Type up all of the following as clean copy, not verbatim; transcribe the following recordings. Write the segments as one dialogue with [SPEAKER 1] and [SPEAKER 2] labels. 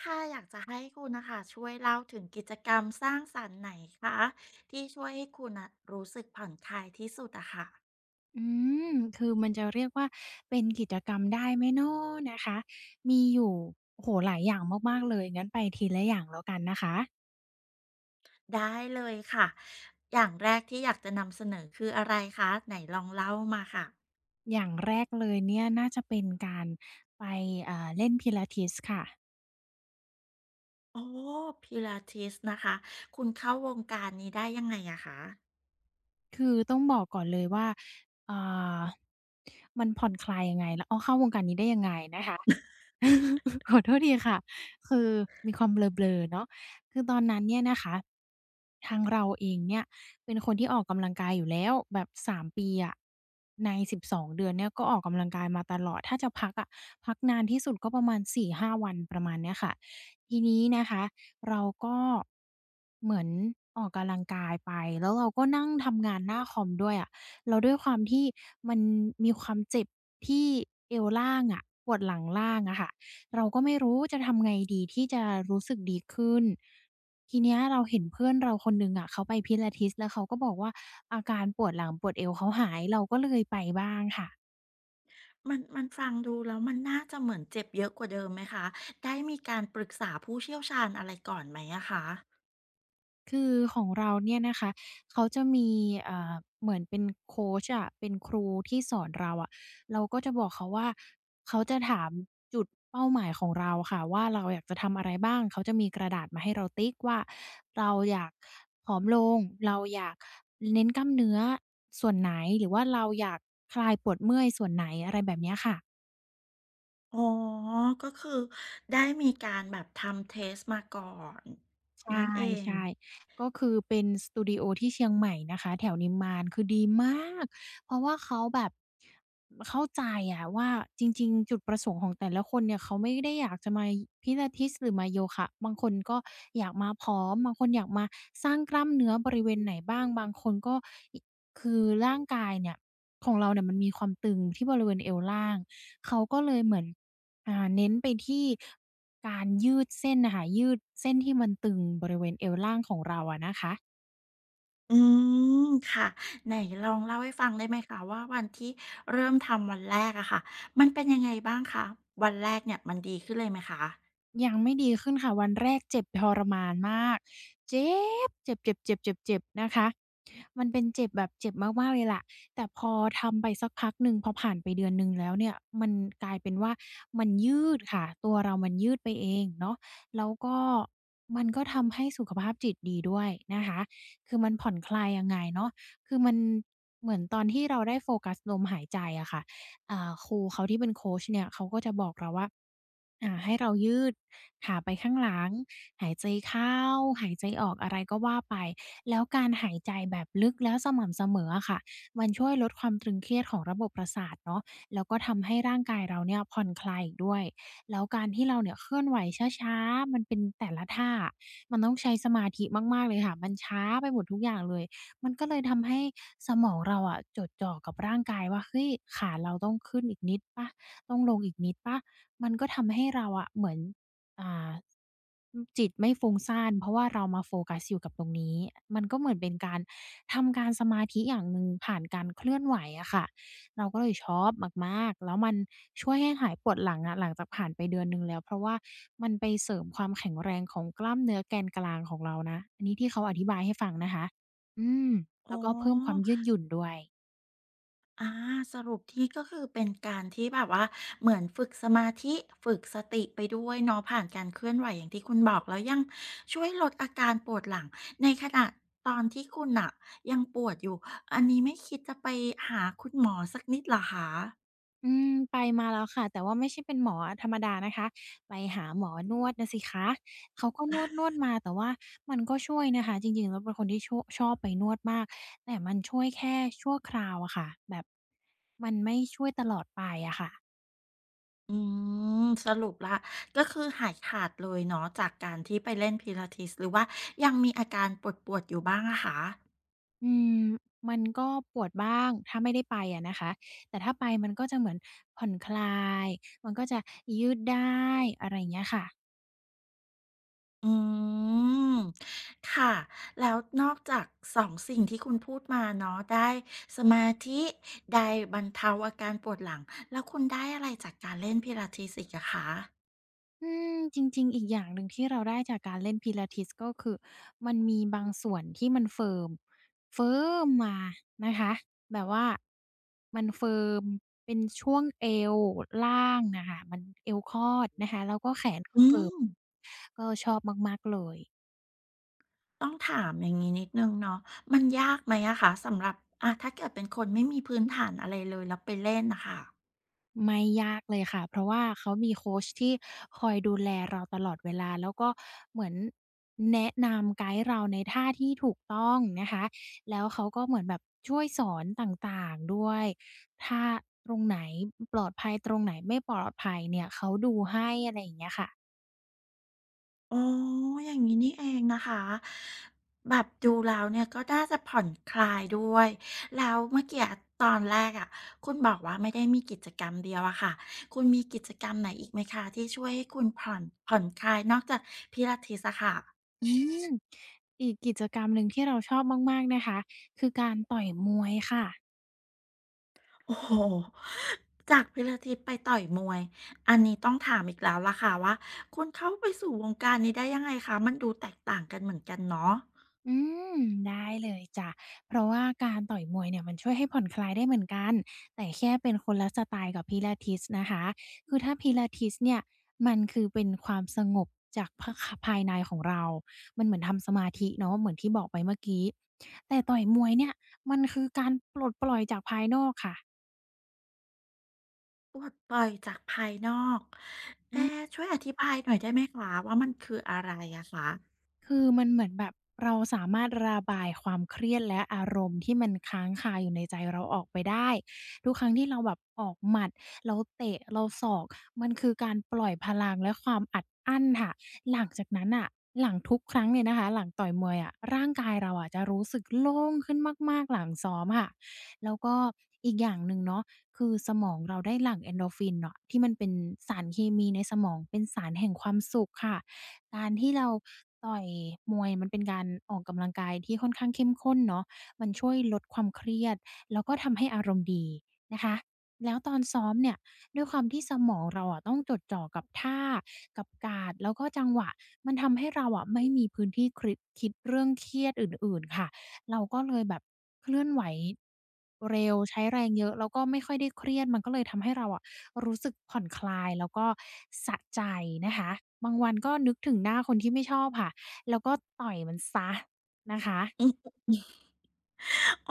[SPEAKER 1] ค่ะอยากจะให้คุณนะคะช่วยเล่าถึงกิจกรรมสร้างสรรค์ไหนคะที่ช่วยให้คุณนะรู้สึกผ่อนคลายที่สุดอะค่ะ
[SPEAKER 2] อืมคือมันจะเรียกว่าเป็นกิจกรรมได้ไหมเนาะนะคะมีอยู่โอ้โฮหลายอย่างมากๆเลยงั้นไปทีละอย่างแล้วกันนะคะ
[SPEAKER 1] ได้เลยค่ะอย่างแรกที่อยากจะนำเสนอคืออะไรคะไหนลองเล่ามาค่ะ
[SPEAKER 2] อย่างแรกเลยเนี่ยน่าจะเป็นการไปอ่า
[SPEAKER 1] โอ้พิลาทิสนะคะคุณเข้าวงการนี้ได้ยังไงอะคะ
[SPEAKER 2] คือต้องบอกก่อนเลยว่าอ่ามันผ่อนคลายยังไงแล้วอ้อเข้าวงการนี้ได้ยังไงนะคะ ขอโทษทีค่ะคือมีความเบลอๆเนาะคือตอนนั้นเนี่ยนะคะทางเราเองเนี่ยเป็นคนที่ออกกำลังกายอยู่แล้วแบบ3 ปีอะใน12เดือนเนี่ยก็ออกกำลังกายมาตลอดถ้าจะพักอะพักนานที่สุดก็ประมาณ4-5วันประมาณเนี้ยค่ะทีนี้นะคะเราก็เหมือนออกกำลังกายไปแล้วเราก็นั่งทำงานหน้าคอมด้วยอะ แล้วด้วยความที่มันมีความเจ็บที่เอวล่างอะปวดหลังล่างอะค่ะเราก็ไม่รู้จะทำไงดีที่จะรู้สึกดีขึ้นทีเนี้ยเราเห็นเพื่อนเราคนหนึ่งอะเขาไปพิลาทิสแล้วเขาก็บอกว่าอาการปวดหลังปวดเอวเขาหายเราก็เลยไปบ้างค่ะ
[SPEAKER 1] มันฟังดูแล้วมันน่าจะเหมือนเจ็บเยอะกว่าเดิมไหมคะได้มีการปรึกษาผู้เชี่ยวชาญอะไรก่อนไหมอะคะ
[SPEAKER 2] คือของเราเนี่ยนะคะเขาจะมีเอ่อเหมือนเป็นโคชอะเป็นครูที่สอนเราอะเราก็จะบอกเขาว่าเขาจะถามจุดเป้าหมายของเราค่ะว่าเราอยากจะทำอะไรบ้างเขาจะมีกระดาษมาให้เราติ๊กว่าเราอยากผอมลงเราอยากเน้นกล้ามเนื้อส่วนไหนหรือว่าเราอยากคลายปวดเมื่อยส่วนไหนอะไรแบบเนี้ยค่ะ
[SPEAKER 1] อ๋อ ก็คือได้มีการแบบทำเทสมาก่อน
[SPEAKER 2] ใ
[SPEAKER 1] นั่นเอง
[SPEAKER 2] ช่ๆก็คือเป็นสตูดิโอที่เชียงใหม่นะคะแถวนิมมานคือดีมากเพราะว่าเขาแบบเข้าใจอะว่าจริงๆจุดประสงค์ของแต่ละคนเนี่ยเขาไม่ได้อยากจะมาพิลาทิสหรือมาโยคะบางคนก็อยากมาผอมบางคนอยากมาสร้างกล้ามเนื้อบริเวณไหนบ้างบางคนก็อิคือร่างกายเนี่ยของเราเนี่ยมันมีความตึงที่บริเวณเอวล่างเขาก็เลยเหมือน เน้นไปที่การยืดเส้นน่ะค่ะยืดเส้นที่มันตึงบริเวณเอวล่างของเราอะนะคะ
[SPEAKER 1] อืม ค่ะไหนลองเล่าให้ฟังได้ไหมคะว่าวันที่เริ่มทำวันแรกอะค่ะมันเป็นยังไงบ้างคะวันแรกเนี่ยมันดีขึ้นเลยไหมคะ
[SPEAKER 2] ยังไม่ดีขึ้นค่ะวันแรกเจ็บทรมานมากเจ็บเจ็บเจ็บเจ็บเจ็บเจ็บนะคะมันเป็นเจ็บแบบเจ็บมากๆเลยล่ะแต่พอทำไปสักพักหนึ่งพอผ่านไปเดือนหนึ่งแล้วเนี่ยมันกลายเป็นว่ามันยืดค่ะตัวเรามันยืดไปเองเนาะแล้วก็มันก็ทำให้สุขภาพจิตดีด้วยนะคะคือมันผ่อนคลายยังไงเนาะคือมันเหมือนตอนที่เราได้โฟกัสลมหายใจอะค่ะ ครูเขาที่เป็นโคชเนี่ยเขาก็จะบอกเราว่าให้เรายืดขาไปข้างหลังหายใจเข้าหายใจออกอะไรก็ว่าไปแล้วการหายใจแบบลึกแล้วสม่ำเสมออะค่ะมันช่วยลดความตรึงเครียดของระบบประสาทเนาะแล้วก็ทำให้ร่างกายเราเนี่ยผ่อนคลายอีกด้วยแล้วการที่เราเนี่ยเคลื่อนไหวช้าๆมันเป็นแต่ละท่ามันต้องใช้สมาธิมากๆเลยค่ะมันช้าไปหมดทุกอย่างเลย มันก็เลยทำให้สมองเราอะจดจ่อกับร่างกายว่าเฮ้ยขาเราต้องขึ้นอีกนิดเปล่าต้องลงอีกนิดเปล่ามันก็ทำให้เราอะเหมือนอ่าอืมจิตไม่ฟุ้งซ่านเพราะว่าเรามาโฟกัสอยู่กับตรงนี้มันก็เหมือนเป็นการทำการสมาธิอย่างหนึ่งผ่านการเคลื่อนไหวอะค่ะเราก็เลยชอบมากๆแล้วมันช่วยให้หายปวดหลังอะหลังจากผ่านไปเดือนหนึ่งแล้วเพราะว่ามันไปเสริมความแข็งแรงของกล้ามเนื้อแกนกลางของเรานะอันนี้ที่เขาอธิบายให้ฟังนะคะ อืม
[SPEAKER 1] อ๋อ
[SPEAKER 2] แล้วก็เพิ่มความยืดหยุ่นด้วย
[SPEAKER 1] อาสรุปที่ก็คือเป็นการที่แบบว่าเหมือนฝึกสมาธิฝึกสติไปด้วยเนาะผ่านการเคลื่อนไหวอย่างที่คุณบอกแล้วยังช่วยลดอาการปวดหลังในขณะตอนที่คุณน่ะยังปวดอยู่อันนี้ไม่คิดจะไปหาคุณหมอสักนิดเหรอคะ
[SPEAKER 2] อืมไปมาแล้วค่ะแต่ว่าไม่ใช่เป็นหมอธรรมดานะคะไปหาหมอนวดน่ะสิคะเขาก็นวดมาแต่ว่ามันก็ช่วยนะคะจริงๆแล้วเป็นคนที่โช่ะชอบไปนวดมากแต่มันช่วยแค่ชั่วคราวอะค่ะแบบมันไม่ช่วยตลอดไปอะค่ะ
[SPEAKER 1] อืมสรุปละก็คือหายขาดเลยเนาะจากการที่ไปเล่นพิลาทิสหรือว่ายังมีอาการปวดปวดอยู่บ้างอะคะ
[SPEAKER 2] อืมมันก็ปวดบ้างถ้าไม่ได้ไปอะนะคะแต่ถ้าไปมันก็จะเหมือนผ่อนคลายมันก็จะยืดได้อะไรอย่างเงี้ยค่ะ
[SPEAKER 1] อืมค่ะแล้วนอกจากสองสิ่งที่คุณพูดมาเนาะได้สมาธิได้บรรเทาอาการปวดหลังแล้วคุณได้อะไรจากการเล่นพิลาทิสอีกอะคะ
[SPEAKER 2] อืมจริงๆอีกอย่างหนึ่งที่เราได้จากการเล่น Pilates ก็คือมันมีบางส่วนที่มันเฟิร์มมานะคะแบบว่ามันเฟิร์มเป็นช่วงเอวล่างน่ะค่ะมันเอวคอดนะคะแล้วก็แขนก็
[SPEAKER 1] อื
[SPEAKER 2] เฟิร์ม
[SPEAKER 1] ม
[SPEAKER 2] ก็ชอบมากๆเลย
[SPEAKER 1] ต้องถามอย่างงี้นิดหนึ่งเนาะมันยากไหมอะคะสำหรับถ้าเกิดเป็นคนไม่มีพื้นฐานอะไรเลยแล้วไปเล่นน่ะค่ะ
[SPEAKER 2] ไม่ยากเลยค่ะเพราะว่าเขามีโคชที่คอยดูแลเราตลอดเวลาแล้วก็เหมือนแนะนำไกด์เราในท่าที่ถูกต้องนะคะแล้วเขาก็เหมือนแบบช่วยสอนต่างๆด้วยถ้าตรงไหนปลอดภัยตรงไหนไม่ปลอดภัยเนี่ยเขาดูให้อะไรอย่างเงี้ยค่ะ
[SPEAKER 1] อ๋ออย่างนี้นี่เองนะคะแบบดูแล้วเนี่ยก็น่าจะผ่อนคลายด้วย แล้วเมื่อกี้อตอนแรกอะคุณบอกว่าไม่ได้มีกิจกรรมเดียวอะค่ะ คุณมีกิจกรรมไหนอีกไหมคะที่ช่วยให้คุณผ่อนคลายนอกจากพิลาทิสอะค่ะ
[SPEAKER 2] อืมอีกกิจกรรมหนึ่งที่เราชอบมากๆนะคะคือการต่อยมวยค่ะ
[SPEAKER 1] โอ้โหจากพิลาทิสไปต่อยมวย อันนี้ต้องถามอีกแล้วล่ะค่ะว่า คุณเข้าไปสู่วงการนี้ได้ยังไงคะมันดูแตกต่างกันเหมือนกันเนาะ
[SPEAKER 2] อืมได้เลยจ้ะเพราะว่าการต่อยมวยเนี่ยมันช่วยให้ผ่อนคลายได้เหมือนกันแต่แค่เป็นคนละสไตล์กับ p ิลา t e สนะคะคือถ้าพิลาทิสเนี่ยมันคือเป็นความสงบจากภายในของเรามันเหมือนทำสมาธิเนาะเหมือนที่บอกไปเมื่อกี้แต่ต่อยมวยเนี่ยมันคือการปลดปล่อยจากภายนอกค่ะ
[SPEAKER 1] ปลดปล่อยจากภายนอกเอ๊ะช่วยอธิบายหน่อยได้ไหมคะว่ามันคืออะไรอะคะ
[SPEAKER 2] คือมันเหมือนแบบเราสามารถระบายความเครียดและอารมณ์ที่มันค้างคาอยู่ในใจเราออกไปได้ ทุกครั้งที่เราแบบออกหมัดเราเตะเราศอกมันคือการปล่อยพลังและความอัดอั้นค่ะหลังจากนั้นน่ะหลังทุกครั้งเนี่ยนะคะหลังต่อยมวยอะร่างกายเราอะจะรู้สึกโล่งขึ้นมากๆหลังซ้อมค่ะแล้วก็อีกอย่างหนึ่งเนาะคือสมองเราได้หลั่ง Endorphin เนาะที่มันเป็นสารเคมีในสมองเป็นสารแห่งความสุขค่ะ การที่เราต่อยมวยมันเป็นการออกกำลังกายที่ค่อนข้างเข้มข้นเนาะมันช่วยลดความเครียดแล้วก็ทำให้อารมณ์ดีนะคะแล้วตอนซ้อมเนี่ยด้วยความที่สมองเราอะต้องจดจ่อกับท่ากับการ์ดแล้วก็จังหวะ มันทำให้เราอะไม่มีพื้นที่คริดคิดเรื่องเครียดอื่นๆค่ะเราก็เลยแบบเคลื่อนไหวเร็วใช้แรงเยอะแล้วก็ไม่ค่อยได้เครียดมันก็เลยทำให้เราอะ รู้สึกผ่อนคลายแล้วก็สะใจนะคะบางวันก็นึกถึงหน้าคนที่ไม่ชอบค่ะแล้วก็ต่อยมันเสียนะคะ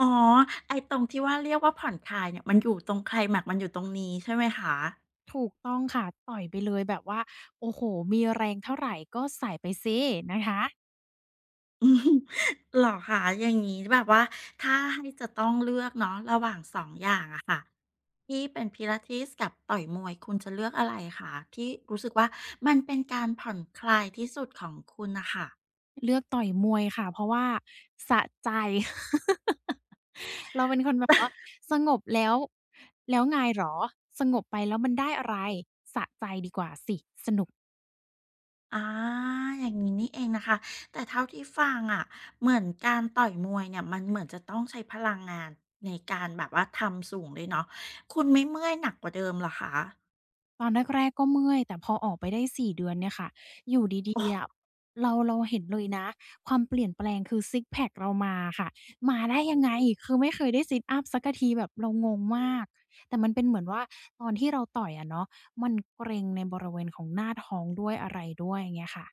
[SPEAKER 1] อ๋อไอ้ตรงที่ว่าเรียกว่าผ่อนคลายเนี่ยมันอยู่ตรงไคลแม็กซ์มันอยู่ตรงนี้ใช่ไหมคะ
[SPEAKER 2] ถูกต้องค่ะต่อยไปเลยแบบว่าโอ้โฮมีแรงเท่าไรก็ใส่ไปสินะคะ
[SPEAKER 1] อืมเห รอคะอย่างงี้แบบว่าถ้าให้จะต้องเลือกเนาะระหว่างสองอย่างอะค่ะที่เป็น Pilates กับต่อยมวยคุณจะเลือกอะไรคะที่รู้สึกว่ามันเป็นการผ่อนคลายที่สุดของคุณน่ะค่ะ
[SPEAKER 2] เลือกต่อยมวยค่ะเพราะว่าสะใจ เราเป็นคนแบบว่าสงบแล้วแล้วไงเหรอสงบไปแล้วมันได้อะไร
[SPEAKER 1] อาอย่างงี้นี่เองนะคะแต่เท่าที่ฟังอะเหมือนการต่อยมวยเนี่ยมันเหมือนจะต้องใช้พลังงานในการแบบว่าทำสูงเลยเนาะคุณไม่เมื่อยหนักกว่าเดิมเหรอคะ
[SPEAKER 2] ตอนแรกๆก็เมื่อยแต่พอออกไปได้4เดือนเนี่ยค่ะอยู่ดี
[SPEAKER 1] โอ้
[SPEAKER 2] ๆอะเราเห็นเลยนะความเปลี่ยนแปลงคือซิกซ์แพกเรามาค่ะมาได้ยังไงคือไม่เคยได้ซิตอัปสักทีแบบเรางงมากแต่มันเป็นเหมือนว่าตอนที่เราต่อยอะเนาะมันเกร็งในบริเวณของหน้าท้องด้วยอะไรด้วยอย่างเงี้ยค่ะ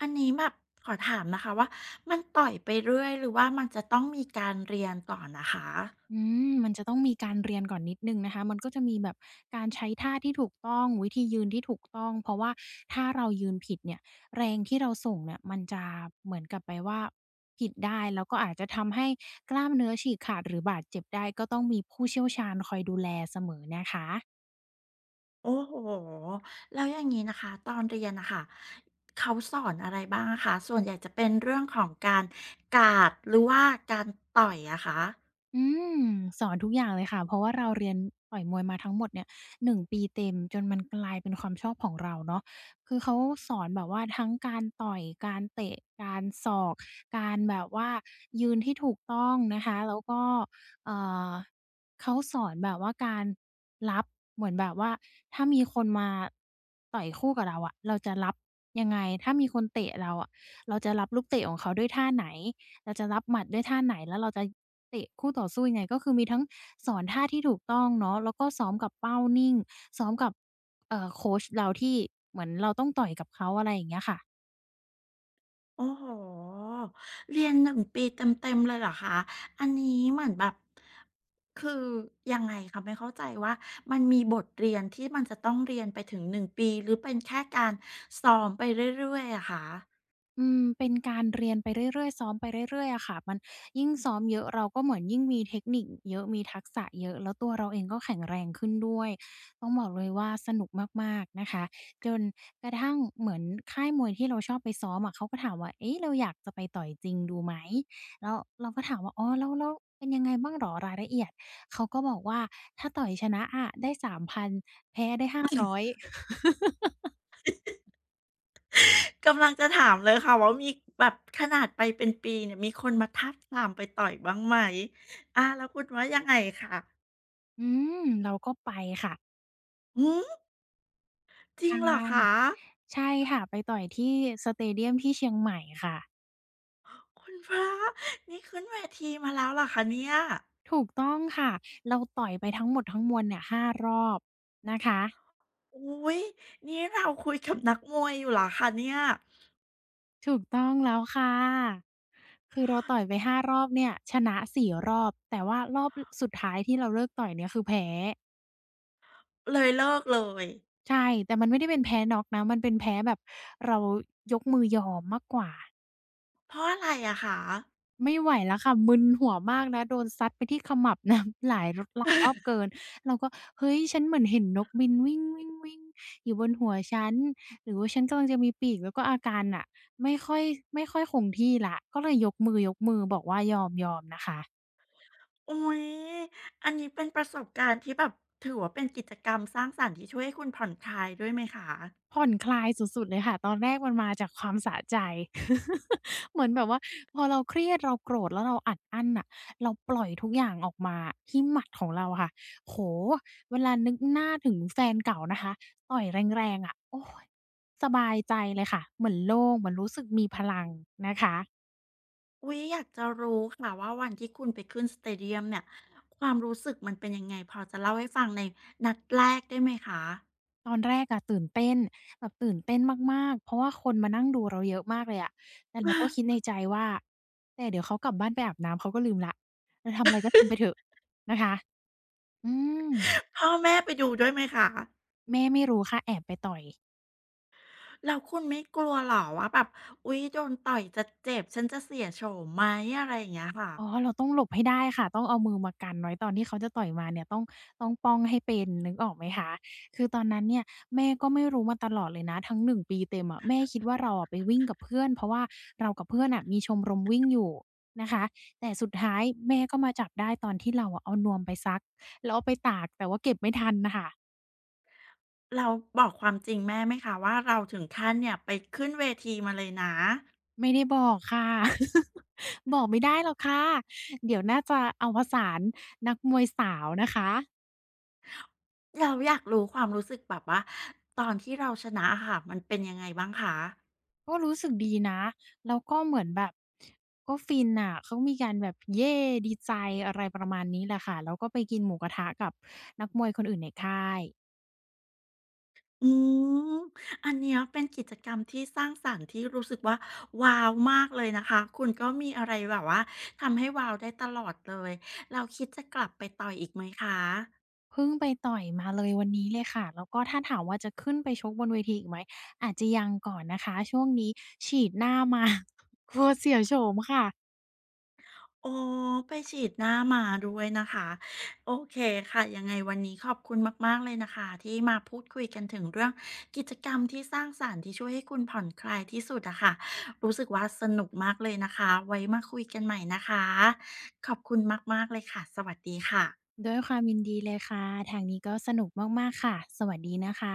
[SPEAKER 1] อันนี้แบบขอถามนะคะว่ามันต่อยไปเรื่อยหรือว่ามันจะต้องมีการเรียนก่อนนะคะ
[SPEAKER 2] อืมมันจะต้องมีการเรียนก่อนนิดหนึ่งนะคะ มันก็จะมีแบบการใช้ท่าที่ถูกต้องวิธียืนที่ถูกต้อง เพราะว่าถ้าเรายืนผิดเนี่ยแรงที่เราส่งเนี่ยมันจะเหมือนกับไปว่าผิดได้แล้วก็อาจจะทำให้กล้ามเนื้อฉีกขาดหรือบาดเจ็บได้ก็ต้องมีผู้เชี่ยวชาญคอยดูแลเสมอนะคะ
[SPEAKER 1] โอ้โหแล้วอย่างนี้นะคะตอนเรียนนะคะเขาสอนอะไรบ้างอะคะส่วนใหญ่จะเป็นเรื่องของการการ์ดหรือว่าการต่อยอะคะ
[SPEAKER 2] อืมสอนทุกอย่างเลยค่ะเพราะว่าเราเรียนต่อยมวยมาทั้งหมดเนี่ย1ปีเต็มจนมันกลายเป็นความชอบของเราเนาะคือเขาสอนแบบว่าทั้งการต่อยการเตะการศอกการแบบว่ายืนที่ถูกต้องนะคะแล้วก็เอ่อเขาสอนแบบว่าการรับเหมือนแบบว่าถ้ามีคนมาต่อยคู่กับเราอะเราจะรับยังไงถ้ามีคนเตะเราอะเราจะรับลูกเตะของเขาด้วยท่าไหน เราจะรับหมัดด้วยท่าไหนแล้วเราจะเตะคู่ต่อสู้ยังไงก็คือมีทั้งสอนท่าที่ถูกต้องเนาะแล้วก็ซ้อมกับเป้านิ่งซ้อมกับโคชเราที่เหมือนเราต้องต่อยกับเขาอะไรอย่างเงี้ยค่ะ
[SPEAKER 1] โอ้โหเรียน1ปีเต็มๆเลยเหรอคะ อันนี้เหมือนแบบคือยังไงคะไม่เข้าใจว่ามันมีบทเรียนที่มันจะต้องเรียนไปถึง1ปีหรือเป็นแค่การซ้อมไปเรื่อยๆอะคะ
[SPEAKER 2] อืมเป็นการเรียนไปเรื่อยๆซ้อมไปเรื่อยๆอะค่ะ มันยิ่งซ้อมเยอะเราก็เหมือนยิ่งมีเทคนิคเยอะมีทักษะเยอะแล้วตัวเราเองก็แข็งแรงขึ้นด้วย ต้องบอกเลยว่าสนุกมากๆนะคะจนกระทั่งเหมือนค่ายมวยที่เราชอบไปซ้อมอะเขาก็ถามว่าเอ๊ะเราอยากจะไปต่อยจริงดูไหมแล้วเราก็ถามว่าอ๋อแล้วเป็นยังไงบ้างเหรอรายละเอียดเขาก็บอกว่าถ้าต่อยชนะอะได้3,000แพ้ได้ 500" อย
[SPEAKER 1] กำลังจะถามเลยค่ะว่ามีแบบขนาดไปเป็นปีเนี่ยมีคนมาทาบทามไปต่อยบ้างไหมอาแล้วคุณว่ายังไงคะ
[SPEAKER 2] อืมเราก็ไปค่ะ
[SPEAKER 1] หือจริงเหรอ
[SPEAKER 2] ใช่
[SPEAKER 1] คะ
[SPEAKER 2] ใช่ค่ะไปต่อยที่สเตเดียมที่เชียงใหม่ค่ะ
[SPEAKER 1] คุณพระนี่ขึ้นเวทีมาแล้วเหรอคะเนี่ย
[SPEAKER 2] ถูกต้องค่ะเราต่อยไปทั้งหมดทั้งมวลเนี่ย5รอบนะคะ
[SPEAKER 1] อุ๊ยนี่เราคุยกับนักมวยอยู่เหรอคะเนี่ย
[SPEAKER 2] ถูกต้องแล้วค่ะคือเราต่อยไป5รอบเนี่ยชนะ4รอบแต่ว่ารอบสุดท้ายที่เราเลิกต่อยเนี่ยคือแพ้
[SPEAKER 1] เลยเลิกเลย
[SPEAKER 2] ใช่แต่มันไม่ได้เป็นแพ้น็อกนะมันเป็นแพ้แบบเรายกมือยอมมากกว่า
[SPEAKER 1] เพราะอะไรอะคะ
[SPEAKER 2] ไม่ไหวแล้วค่ะมึนหัวมากนะโดนซัดไปที่ขมับนะ หลายรอบ เกินเราก็เฮ้ยฉันเหมือนเห็นนกบินวิ่งๆๆอยู่บนหัวฉันหรือว่าฉันกำลังจะมีปีกแล้วก็อาการน่ะไม่ค่อยไม่ค่อยคงที่แล้วก็เลยยกมือๆบอกว่ายอมๆนะคะ
[SPEAKER 1] อุ๊ยอันนี้เป็นประสบการณ์ที่แบบถือว่าเป็นกิจกรรมสร้างสรรค์ที่ช่วยให้คุณผ่อนคลายด้วยไหมคะ
[SPEAKER 2] ผ่อนคลายสุดๆเลยค่ะตอนแรกมันมาจากความสะใจ เหมือนแบบว่าพอเราเครียดเราโกรธแล้วเราอัดอั้นอะเราปล่อยทุกอย่างออกมาที่หมัดของเราอะค่ะโหเวลานึกหน้าถึงแฟนเก่านะคะต่อยแรงๆอะโอ้ยสบายใจเลยค่ะเหมือนโล่งเหมือนรู้สึกมีพลังนะคะ
[SPEAKER 1] อุ๊ยอยากจะรู้ค่ะว่าวันที่คุณไปขึ้นสเตเดียมเนี่ยความรู้สึกมันเป็นยังไงพอจะเล่าให้ฟังในนัดแรกได้ไหมคะ
[SPEAKER 2] ตอนแรกอะตื่นเต้นแบบตื่นเต้นมากๆเพราะว่าคนมานั่งดูเราเยอะมากเลยอะแต่เราก็คิดใน ใจว่าแต่เดี๋ยวเขากลับบ้านไปอาบน้ำเขาก็ลืมแล้วเราทำอะไรก็ทำไปเถอะนะคะอืม
[SPEAKER 1] พ่อแม่ไปดูด้วยไหมคะ
[SPEAKER 2] แม่ไม่รู้ค่ะแอบไปต่อย
[SPEAKER 1] แล้วคุณไม่กลัวเหรอว่าแบบอุ๊ยโดนต่อยจะเจ็บฉันจะเสียโฉมไหมอะไรอย่างเงี้ยค่ะ
[SPEAKER 2] อ๋อเราต้องหลบให้ได้ค่ะต้องเอามือมากันไว้ตอนที่เขาจะต่อยมาเนี่ยต้องป้องให้เป็นนึกออกไหมคะคือตอนนั้นเนี่ยแม่ก็ไม่รู้มาตลอดเลยนะทั้งหนึ่งปีเต็มอะแม่คิดว่าเราอะไปวิ่งกับเพื่อนเพราะว่าเรากับเพื่อนน่ะมีชมรมวิ่งอยู่นะคะแต่สุดท้ายแม่ก็มาจับได้ตอนที่เราอะเอานวมไปซักแล้วเอาไปตากแต่ว่าเก็บไม่ทันน่ะค่ะ
[SPEAKER 1] เราบอกความจริงแม่ไหมคะว่าเราถึงขั้นเนี่ยไปขึ้นเวทีมาเลยนะ
[SPEAKER 2] ไม่ได้บอกค่ะ บอกไม่ได้หรอกค่ะเดี๋ยวน่าจะเอาผสานนักมวยสาวนะคะ
[SPEAKER 1] เราอยากรู้ความรู้สึกแบบว่าตอนที่เราชนะอะค่ะมันเป็นยังไงบ้างคะ
[SPEAKER 2] ก็รู้สึกดีนะแล้วก็เหมือนแบบก็ฟินน่ะ เขามีการแบบเย้ดีใจอะไรประมาณนี้แหละค่ะแล้วก็ไปกินหมูกระทะกับนักมวยคนอื่นในค่าย
[SPEAKER 1] อืมอันเนี้ยเป็นกิจกรรมที่สร้างสรรค์ที่รู้สึกว่าว้าวมากเลยนะคะคุณก็มีอะไรแบบว่าทำให้ว้าวได้ตลอดเลยแล้วคิดจะกลับไปต่อยอีกไหมคะ
[SPEAKER 2] เพิ่งไปต่อยมาเลยวันนี้เลยค่ะ แล้วก็ถ้าถามว่าจะขึ้นไปชกบนเวทีอีกไหมอาจจะยังก่อนนะคะช่วงนี้ฉีดหน้ามา กลัวเสียโฉมค่ะ
[SPEAKER 1] อ๋อไปฉีดหน้ามาด้วยนะคะโอเคค่ะยังไงวันนี้ขอบคุณมากๆเลยนะคะที่มาพูดคุยกันถึงเรื่องกิจกรรมที่สร้างสรรค์ที่ช่วยให้คุณผ่อนคลายที่สุดอะค่ะรู้สึกว่าสนุกมากเลยนะคะไว้มาคุยกันใหม่นะคะขอบคุณมากๆเลยค่ะสวัสดีค่ะ
[SPEAKER 2] ด้วยความยินดีเลยค่ะทางนี้ก็สนุกมากๆค่ะสวัสดีนะคะ